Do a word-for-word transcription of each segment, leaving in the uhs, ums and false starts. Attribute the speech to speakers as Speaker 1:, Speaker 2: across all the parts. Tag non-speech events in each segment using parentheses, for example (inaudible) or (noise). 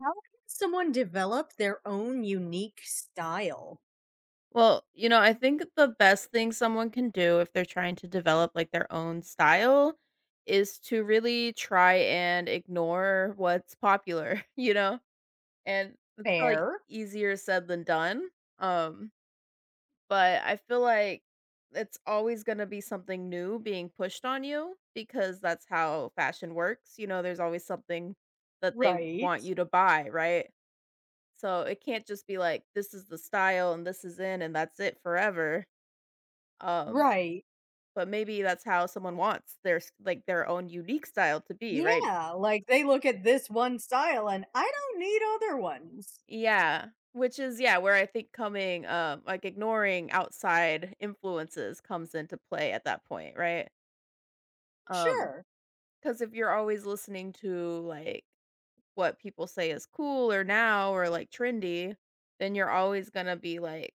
Speaker 1: How can someone develop their own unique style?
Speaker 2: Well, you know, I think the best thing someone can do if they're trying to develop like their own style is to really try and ignore what's popular, (laughs) you know? And it's probably
Speaker 1: Fair.
Speaker 2: easier said than done. Um, but I feel like it's always going to be something new being pushed on you because that's how fashion works. You know, there's always something that they
Speaker 1: Right.
Speaker 2: want you to buy, right? So it can't just be like this is the style and this is in and that's it forever um,
Speaker 1: Right.
Speaker 2: but maybe that's how someone wants their s like, their own unique style to be, right?
Speaker 1: Yeah, like they look at this one style and I don't need other ones.
Speaker 2: Yeah, which is yeah, where I think coming, um, like, ignoring outside influences comes into play at that point, right? Um,
Speaker 1: Sure.
Speaker 2: because if you're always listening to, like, what people say is cool or now or, like, trendy, then you're always gonna be, like,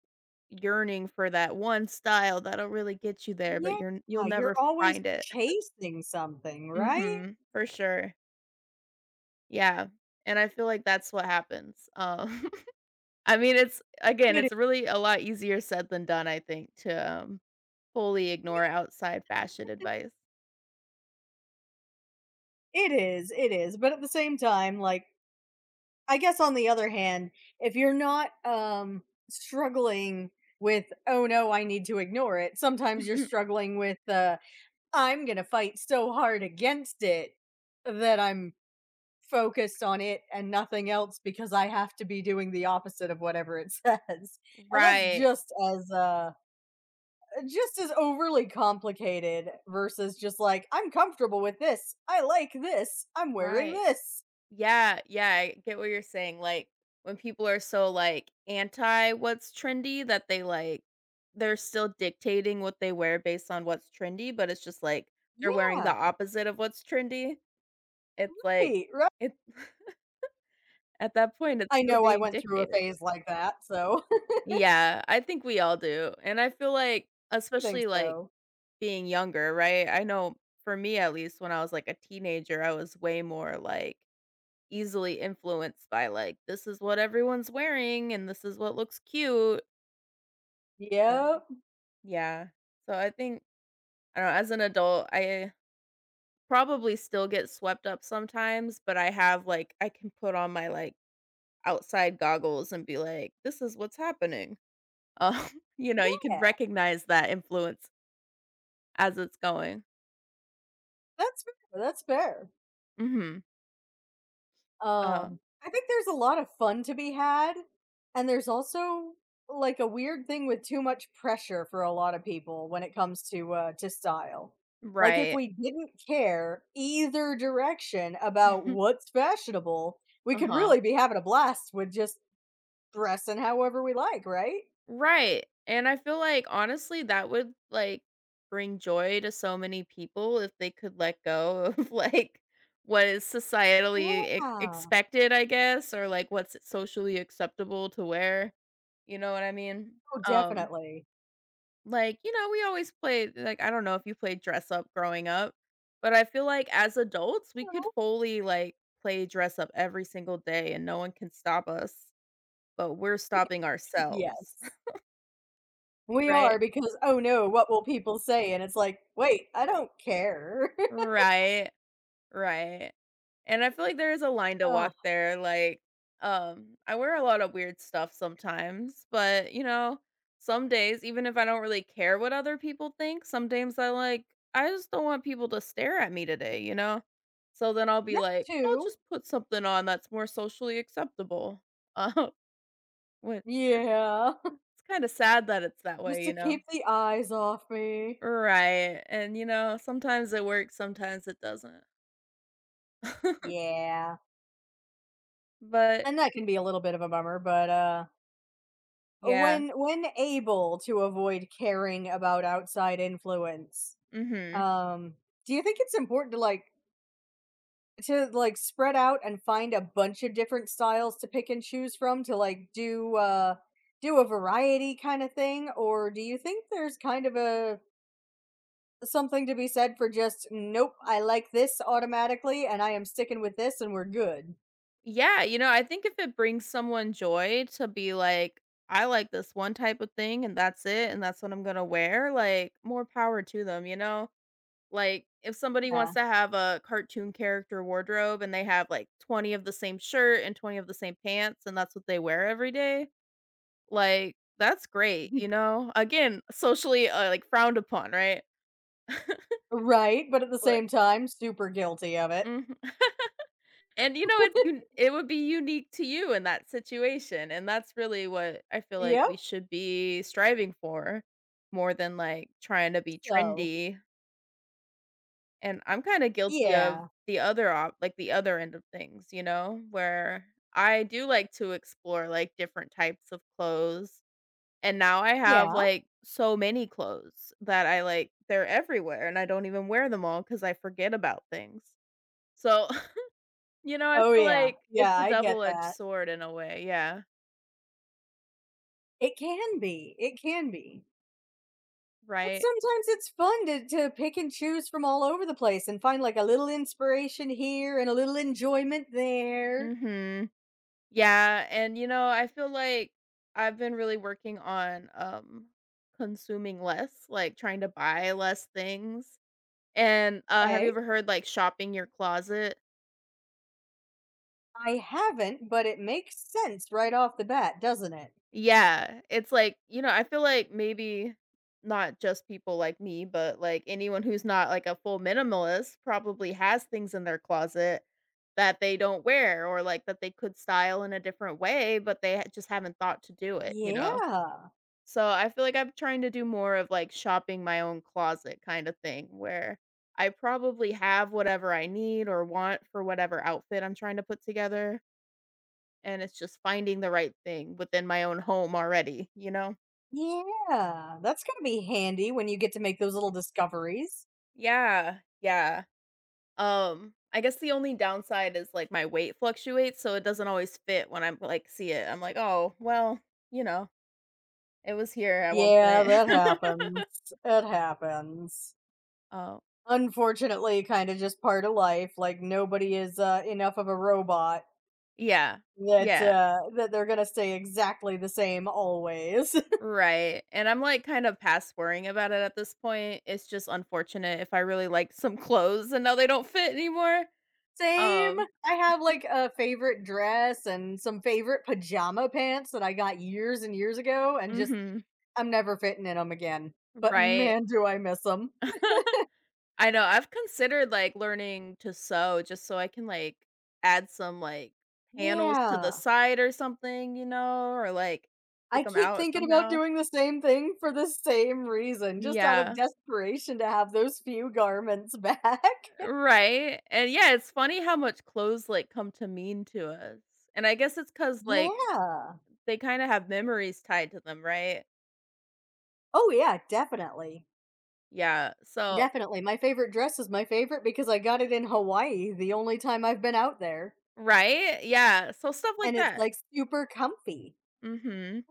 Speaker 2: yearning for that one style that'll really get you there, but you're you'll
Speaker 1: Yeah, you're
Speaker 2: never
Speaker 1: always
Speaker 2: find it.
Speaker 1: chasing something, right?
Speaker 2: Mhm, for sure. Yeah, and I feel like that's what happens. Um, (laughs) I mean, it's again,
Speaker 1: It is.
Speaker 2: it's really a lot easier said than done, I think, to, um, fully ignore outside fashion advice.
Speaker 1: It is, it is. But at the same time, like I guess on the other hand, if you're not um struggling with oh no, I need to ignore it, sometimes you're
Speaker 2: (laughs)
Speaker 1: struggling with uh I'm gonna fight so hard against it that I'm focused on it and nothing else because I have to be doing the opposite of whatever it (laughs) says. And that's
Speaker 2: Right,
Speaker 1: just as uh just as overly complicated versus just like I'm comfortable with this. I like this. I'm wearing
Speaker 2: right.
Speaker 1: this.
Speaker 2: Yeah, yeah, I get what you're saying, like, when people are so, like, anti what's trendy that they, like they're still dictating what they wear based on what's trendy, but it's just, like, they're wearing the
Speaker 1: Yeah.
Speaker 2: opposite of what's trendy. It's like
Speaker 1: Right, right.
Speaker 2: it (laughs) at that point, it's
Speaker 1: I
Speaker 2: still
Speaker 1: know I
Speaker 2: being
Speaker 1: went through a
Speaker 2: dictated.
Speaker 1: phase like that, so
Speaker 2: Yeah, I think we all do. And I feel like
Speaker 1: (laughs) I think
Speaker 2: especially like
Speaker 1: so.
Speaker 2: being younger, right? I know for me at least when I was like a teenager, I was way more like easily influenced by like this is what everyone's wearing and this is what looks cute. Oh.
Speaker 1: Yep.
Speaker 2: Yeah. So I think I don't know, as an adult, I probably still get swept up sometimes, but I have like I can put on my like outside goggles and be like, this is what's happening. Um, (laughs) you know, you can
Speaker 1: Yeah.
Speaker 2: recognize that influence as it's going.
Speaker 1: That's fair. That's fair.
Speaker 2: Mhm. Uh,
Speaker 1: Um, I think there's a lot of fun to be had, and there's also like a weird thing with too much pressure for a lot of people when it comes to uh to style. Like if
Speaker 2: right.
Speaker 1: we didn't care either direction about
Speaker 2: (laughs)
Speaker 1: what's fashionable, we could
Speaker 2: Uh-huh.
Speaker 1: really be having a blast with just dressing however we like, right?
Speaker 2: Right, and I feel like, honestly, that would, like, bring joy to so many people if they could let go of, (laughs) like, what is societally
Speaker 1: Yeah.
Speaker 2: e expected, I guess, or, like, what's socially acceptable to wear. You know what I mean?
Speaker 1: Oh,
Speaker 2: Um.
Speaker 1: definitely.
Speaker 2: Like, you know, we always played like, I don't know if you played dress up growing up, but I feel like as adults, we could fully, like, play dress up every single day and no one can stop us, but we're stopping ourselves.
Speaker 1: Yes.
Speaker 2: (laughs)
Speaker 1: We
Speaker 2: Right,
Speaker 1: are because oh no, what will people say? And it's like, wait, I don't care. (laughs)
Speaker 2: right. Right. And I feel like there is a line to
Speaker 1: Oh,
Speaker 2: walk there, like, um, I wear a lot of weird stuff sometimes, but, you know, some days, even if I don't really care what other people think, some days I like, I just don't want people to stare at me today, you know? So then I'll be
Speaker 1: that
Speaker 2: like, I'll
Speaker 1: too.
Speaker 2: just put something on that's more socially acceptable. (laughs) Uh, which it's,
Speaker 1: Yeah,
Speaker 2: it's kind of sad that it's that
Speaker 1: (laughs) just
Speaker 2: way,
Speaker 1: to
Speaker 2: you know?
Speaker 1: keep the eyes off me.
Speaker 2: Right. And, you know, sometimes it works, sometimes it doesn't. (laughs)
Speaker 1: Yeah.
Speaker 2: But
Speaker 1: And that can be a little bit of a bummer, but, uh,
Speaker 2: yeah,
Speaker 1: when when able to avoid caring about outside influence,
Speaker 2: mhm.
Speaker 1: um, do you think it's important to, like to, like, spread out and find a bunch of different styles to pick and choose from to, like, do, uh do a variety kinda thing, or do you think there's kind of a something to be said for just, "Nope, I like this automatically, and I am sticking with this, and we're good."
Speaker 2: Yeah, you know, I think if it brings someone joy to be like, "I like this one type of thing and that's it, and that's what I'm gonna wear," like, more power to them, you know? Like, if somebody
Speaker 1: Yeah.
Speaker 2: wants to have a cartoon character wardrobe and they have, like, twenty of the same shirt and twenty of the same pants, and that's what they wear every day, like, that's great, you
Speaker 1: (laughs)
Speaker 2: know? Again, socially, uh, like, frowned upon, right? (laughs)
Speaker 1: Right, but at the
Speaker 2: But
Speaker 1: same time, super guilty of it.
Speaker 2: mhm. And, you know, it's un it would be unique to you in that situation, and that's really what I feel like
Speaker 1: Yep,
Speaker 2: we should be striving for more than, like, trying to be
Speaker 1: so
Speaker 2: trendy, and I'm kinda guilty of
Speaker 1: yeah,
Speaker 2: the other op like, the other end of things, you know, where I do like to explore, like, different types of clothes, and now I have,
Speaker 1: yeah.
Speaker 2: like, so many clothes that I, like they're everywhere, and I don't even wear them all because I forget about things. So you know, I
Speaker 1: Oh,
Speaker 2: feel
Speaker 1: yeah.
Speaker 2: like it's
Speaker 1: Yeah,
Speaker 2: a
Speaker 1: I get
Speaker 2: double-edged
Speaker 1: that.
Speaker 2: sword in a way, yeah,
Speaker 1: It can be, it can be. But
Speaker 2: right?
Speaker 1: sometimes it's fun to to pick and choose from all over the place and find, like, a little inspiration here and a little enjoyment there.
Speaker 2: Mhm. Yeah, and, you know, I feel like I've been really working on, um, consuming less, like, trying to buy less things, and, uh, have you
Speaker 1: "Hey,
Speaker 2: ever heard, like, shopping your closet?
Speaker 1: I haven't, but it makes sense right off the bat, doesn't it?"
Speaker 2: Yeah, it's like, you know, I feel like maybe not just people like me, but like anyone who's not like a full minimalist probably has things in their closet that they don't wear or like that they could style in a different way, but they ha- just haven't thought to do it, you know?
Speaker 1: Yeah.
Speaker 2: So I feel like I'm trying to do more of like shopping my own closet kind of thing where I probably have whatever I need or want for whatever outfit I'm trying to put together. And it's just finding the right thing within my own home already, you know?
Speaker 1: Yeah. That's gonna be handy when you get to make those little discoveries.
Speaker 2: Yeah, yeah. Um, I guess the only downside is, like, my weight fluctuates, so it doesn't always fit when I'm, like, see it. I'm like, "Oh, well, you know, it was here at one
Speaker 1: Yeah,
Speaker 2: point."
Speaker 1: that happens.
Speaker 2: (laughs)
Speaker 1: It happens.
Speaker 2: Oh,
Speaker 1: Unfortunately, kind of just part of life. Like nobody is uh, enough of a robot
Speaker 2: yeah.
Speaker 1: that
Speaker 2: Yeah,
Speaker 1: uh, that they're gonna stay exactly the same always. (laughs)
Speaker 2: right, and I'm, like, kind of past worrying about it at this point. It's just unfortunate if I really like some (laughs) clothes and now they don't fit anymore.
Speaker 1: Same.
Speaker 2: Um
Speaker 1: I have like a favorite dress and some favorite pajama pants that I got years and years ago, and just
Speaker 2: mhm,
Speaker 1: I'm never fitting in them again. But
Speaker 2: right.
Speaker 1: man, do I miss them.
Speaker 2: (laughs) I know, I've considered, like, learning to sew just so I can, like, add some, like, panels to the
Speaker 1: Yeah.
Speaker 2: side or something, you know, or, like,
Speaker 1: I
Speaker 2: take them
Speaker 1: keep
Speaker 2: out
Speaker 1: thinking about
Speaker 2: somehow.
Speaker 1: doing the same thing for the same reason, just out of
Speaker 2: Yeah.
Speaker 1: desperation to have those few garments back. (laughs)
Speaker 2: Right, and yeah, it's funny how much clothes, like, come to mean to us, and I guess it's because like,
Speaker 1: Yeah.
Speaker 2: they kinda have memories tied to them, right?
Speaker 1: Oh, yeah, definitely.
Speaker 2: Yeah, so
Speaker 1: Definitely. My favorite dress is my favorite because I got it in Hawaii the only time I've been out there,
Speaker 2: right? Yeah, so stuff like
Speaker 1: and it's
Speaker 2: that.
Speaker 1: like super comfy.
Speaker 2: Mhm.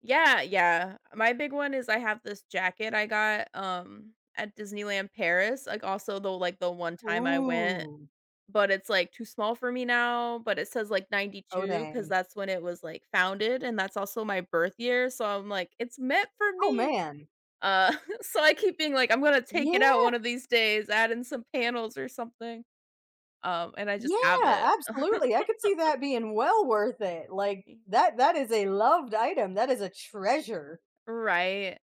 Speaker 2: Yeah, yeah. my big one is I have this jacket I got, um, at Disneyland Paris, like, also the like, the one time I went,
Speaker 1: Ooh.
Speaker 2: but it's, like, too small for me now, but it says, like, ninety
Speaker 1: Oh,
Speaker 2: two because
Speaker 1: dang.
Speaker 2: that's when it was, like, founded, and that's also my birth year, so I'm like, "It's meant for
Speaker 1: Oh,
Speaker 2: me."
Speaker 1: man.
Speaker 2: Uh, (laughs) so I keep being like, "I'm gonna take
Speaker 1: Yeah.
Speaker 2: it out one of these days, add in some panels or something." Um, and I just
Speaker 1: Yeah,
Speaker 2: have it. (laughs)
Speaker 1: absolutely. I could see that being well worth it. Like that that is a loved item. That is a treasure.
Speaker 2: Right.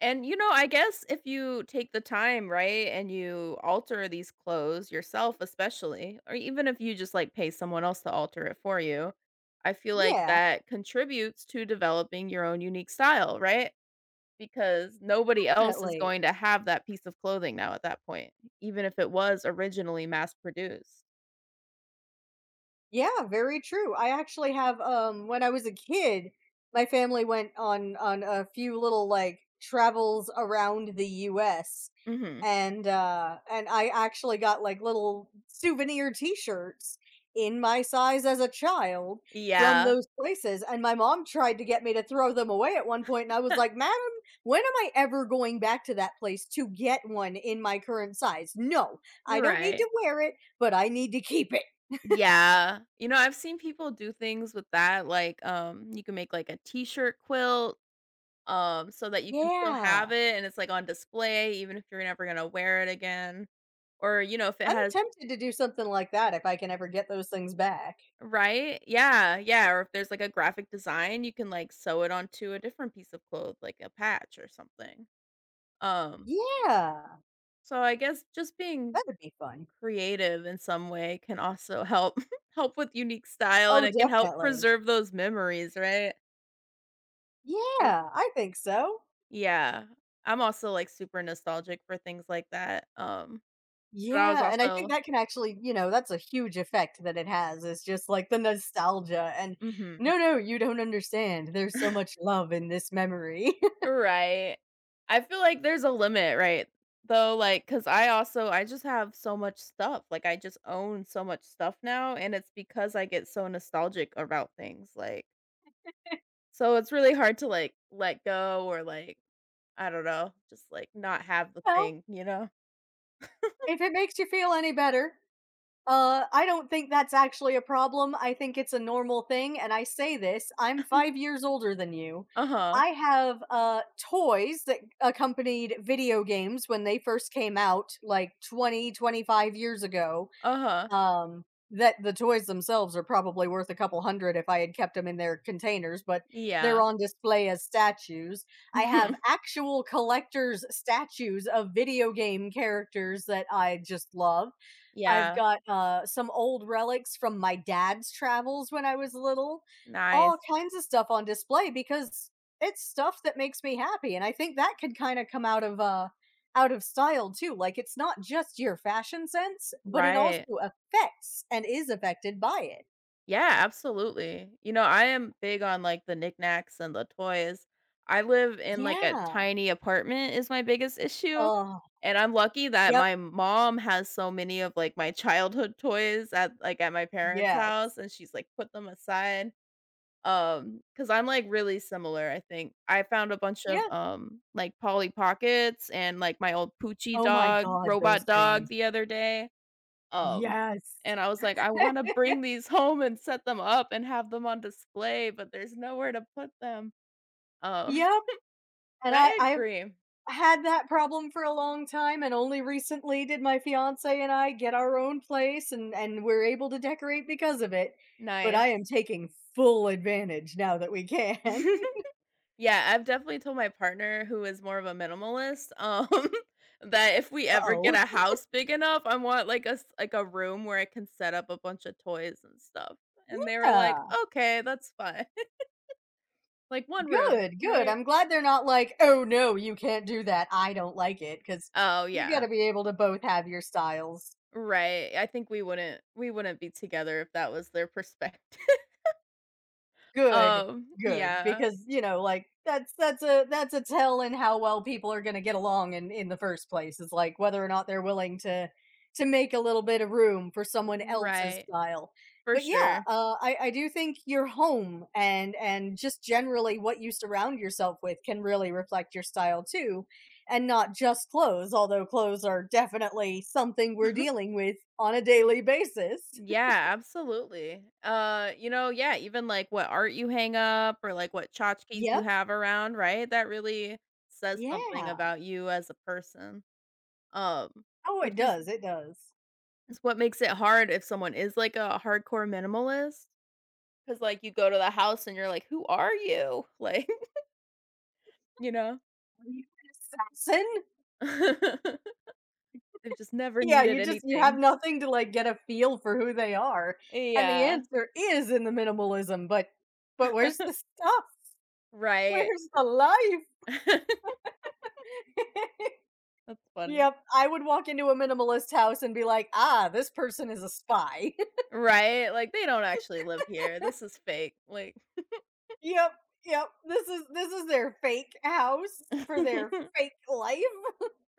Speaker 2: And, you know, I guess if you take the time, right, and you alter these clothes yourself especially, or even if you just, like, pay someone else to alter it for you, I feel like
Speaker 1: Yeah,
Speaker 2: that contributes to developing your own unique style, right? Because nobody else is going
Speaker 1: definitely.
Speaker 2: to have that piece of clothing now at that point, even if it was originally mass produced.
Speaker 1: Yeah, very true. I actually have um when I was a kid, my family went on on a few little like travels around the U S
Speaker 2: Mhm.
Speaker 1: and uh and I actually got like little souvenir t-shirts in my size as a child from
Speaker 2: Yeah.
Speaker 1: those places and my mom tried to get me to throw them away at one point and I was like,
Speaker 2: (laughs)
Speaker 1: "Madam, when am I ever going back to that place to get one in my current size? No, I don't need
Speaker 2: Right.
Speaker 1: to wear it, but I need to keep it."
Speaker 2: Yeah. You know, I've seen people do things with that, like, um, you can make, like, a t-shirt quilt. Um, so that you can still
Speaker 1: Yeah.
Speaker 2: have it and it's, like, on display even if you're never gonna wear it again. Or, you know, if it
Speaker 1: I'm
Speaker 2: has
Speaker 1: tempted to do something like that if I can ever get those things back.
Speaker 2: right? Yeah, yeah, or if there's, like, a graphic design, you can, like, sew it onto a different piece of cloth, like a patch or something. Um,
Speaker 1: Yeah,
Speaker 2: so I guess just being
Speaker 1: that would be fun.
Speaker 2: creative in some way can also help (laughs) help with unique style, and
Speaker 1: Oh,
Speaker 2: it can help
Speaker 1: definitely.
Speaker 2: preserve those memories, right? 'Cause
Speaker 1: Yeah, I think so.
Speaker 2: yeah. I'm also, like, super nostalgic for things like that, um, but I was
Speaker 1: Yeah, and I think
Speaker 2: also
Speaker 1: that can actually, you know, that's a huge effect that it has. It's just like the nostalgia and
Speaker 2: mhm.
Speaker 1: no, no, you don't understand. There's so much
Speaker 2: (laughs)
Speaker 1: love in this memory.
Speaker 2: Right. I feel like there's a limit, right? Though, like, because I also, I just have so much stuff. Like, I just own so much stuff now. And it's because I get so nostalgic about things. Like, so it's really hard to, like, let go or, like, I don't know, just, like, not have the
Speaker 1: (laughs) Well,
Speaker 2: thing, you know?
Speaker 1: if it makes you feel any better, uh, I don't think that's actually a problem, I think it's a normal thing, and I say this, I'm five
Speaker 2: (laughs)
Speaker 1: years older than you.
Speaker 2: Uh huh.
Speaker 1: I have, uh, toys that accompanied video games when they first came out, like, twenty, twenty-five years ago,
Speaker 2: Uh huh.
Speaker 1: um, that the toys themselves are probably worth a couple hundred if I had kept them in their containers, but they're
Speaker 2: Yeah.
Speaker 1: on display as statues. I have
Speaker 2: (laughs)
Speaker 1: actual collector's statues of video game characters that I just love. I've
Speaker 2: Yeah.
Speaker 1: got, uh, some old relics from my dad's travels when I was little, all
Speaker 2: Nice.
Speaker 1: kinds of stuff on display because it's stuff that makes me happy, and I think that could kinda come out of, uh, out of style too, like, it's not just your fashion sense, but it
Speaker 2: Right.
Speaker 1: also affects and is affected by it.
Speaker 2: Yeah, absolutely. You know, I am big on, like, the knickknacks and the toys. I live in, like, a
Speaker 1: Yeah.
Speaker 2: tiny apartment is my biggest issue,
Speaker 1: Oh,
Speaker 2: and I'm lucky that
Speaker 1: yep,
Speaker 2: my mom has so many of, like, my childhood toys at, like, at my parents'
Speaker 1: yes,
Speaker 2: house, and she's, like, put them aside. Um, because 'Cause I'm, like, really similar, I think. I found a bunch of,
Speaker 1: yeah.
Speaker 2: um, like, Polly Pockets and, like, my old Poochie
Speaker 1: Oh my
Speaker 2: dog,
Speaker 1: god, those
Speaker 2: robot dog
Speaker 1: things.
Speaker 2: the other day. Um,
Speaker 1: Yes.
Speaker 2: and I was like, "I wanna bring these home and set them up and have them on display, but there's nowhere to put them." Um,
Speaker 1: Yep,
Speaker 2: (laughs)
Speaker 1: and
Speaker 2: but
Speaker 1: I
Speaker 2: I
Speaker 1: i
Speaker 2: agree.
Speaker 1: had that problem for a long time and only recently did my fiance and I get our own place and and we're able to decorate because of it. But I
Speaker 2: Nice.
Speaker 1: am taking full advantage now that we can.
Speaker 2: (laughs) Yeah, I've definitely told my partner, who is more of a minimalist, um, (laughs) that if we
Speaker 1: (laughs)
Speaker 2: ever
Speaker 1: Uh-oh.
Speaker 2: get a house big enough, I want, like, a s like, a room where I can set up a bunch of toys and stuff, and they were like,
Speaker 1: Yeah.
Speaker 2: "Okay, that's fine." (laughs) Like, one room,
Speaker 1: Good, good.
Speaker 2: right?
Speaker 1: I'm glad they're not like, "Oh no, you can't do that. I don't like it, cause
Speaker 2: Oh,
Speaker 1: you got
Speaker 2: yeah.
Speaker 1: to be able to both have your styles.
Speaker 2: Right, I think we wouldn't we wouldn't be together if that was their (laughs) perspective.
Speaker 1: Good,
Speaker 2: Um,
Speaker 1: good,
Speaker 2: yeah,
Speaker 1: because, you know, like, that's that's a that's a tell in how well people are gonna get along in in the first place, is, like, whether or not they're willing to to make a little bit of room for someone else's
Speaker 2: right,
Speaker 1: style.
Speaker 2: for
Speaker 1: But, yeah,
Speaker 2: sure.
Speaker 1: uh, I I do think your home and and just generally what you surround yourself with can really reflect your style too, and not just clothes, although clothes are definitely something we're
Speaker 2: (laughs)
Speaker 1: dealing with on a daily basis. (laughs)
Speaker 2: Yeah, absolutely. Uh, you know, yeah, even like what art you hang up or like what tchotchkes you
Speaker 1: Yep,
Speaker 2: have around, right? That really says something
Speaker 1: yeah.
Speaker 2: about you as a person. Um,
Speaker 1: Oh,
Speaker 2: which
Speaker 1: it
Speaker 2: is
Speaker 1: does, it does.
Speaker 2: is what makes it hard if someone is like a hardcore minimalist because like you go to the house and you're like, "Who are you?" (laughs) Like, you know?
Speaker 1: Are you an assassin?
Speaker 2: (laughs) They've just never
Speaker 1: Yeah,
Speaker 2: needed
Speaker 1: you just you have
Speaker 2: anything.
Speaker 1: nothing to, like, get a feel for who they are, and the
Speaker 2: Yeah,
Speaker 1: answer is in the minimalism, but but where's the stuff?
Speaker 2: right.
Speaker 1: Where's the life?
Speaker 2: (laughs)
Speaker 1: (laughs)
Speaker 2: That's funny.
Speaker 1: Yep, I would walk into a minimalist house and be like, "Ah, this person is a spy." (laughs)
Speaker 2: Right? Like, they don't actually live here. This is fake. Like
Speaker 1: Yep, yep, this is this is their fake house for
Speaker 2: (laughs)
Speaker 1: their fake life.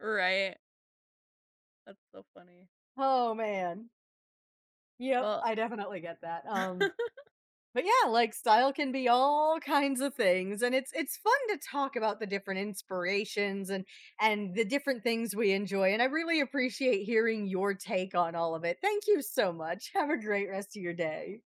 Speaker 2: right. That's so funny.
Speaker 1: Oh, man. Yep,
Speaker 2: Well
Speaker 1: I definitely get that, um.
Speaker 2: (laughs)
Speaker 1: But yeah, like style can be all kinds of things and it's it's fun to talk about the different inspirations and and the different things we enjoy and I really appreciate hearing your take on all of it. Thank you so much. Have a great rest of your day.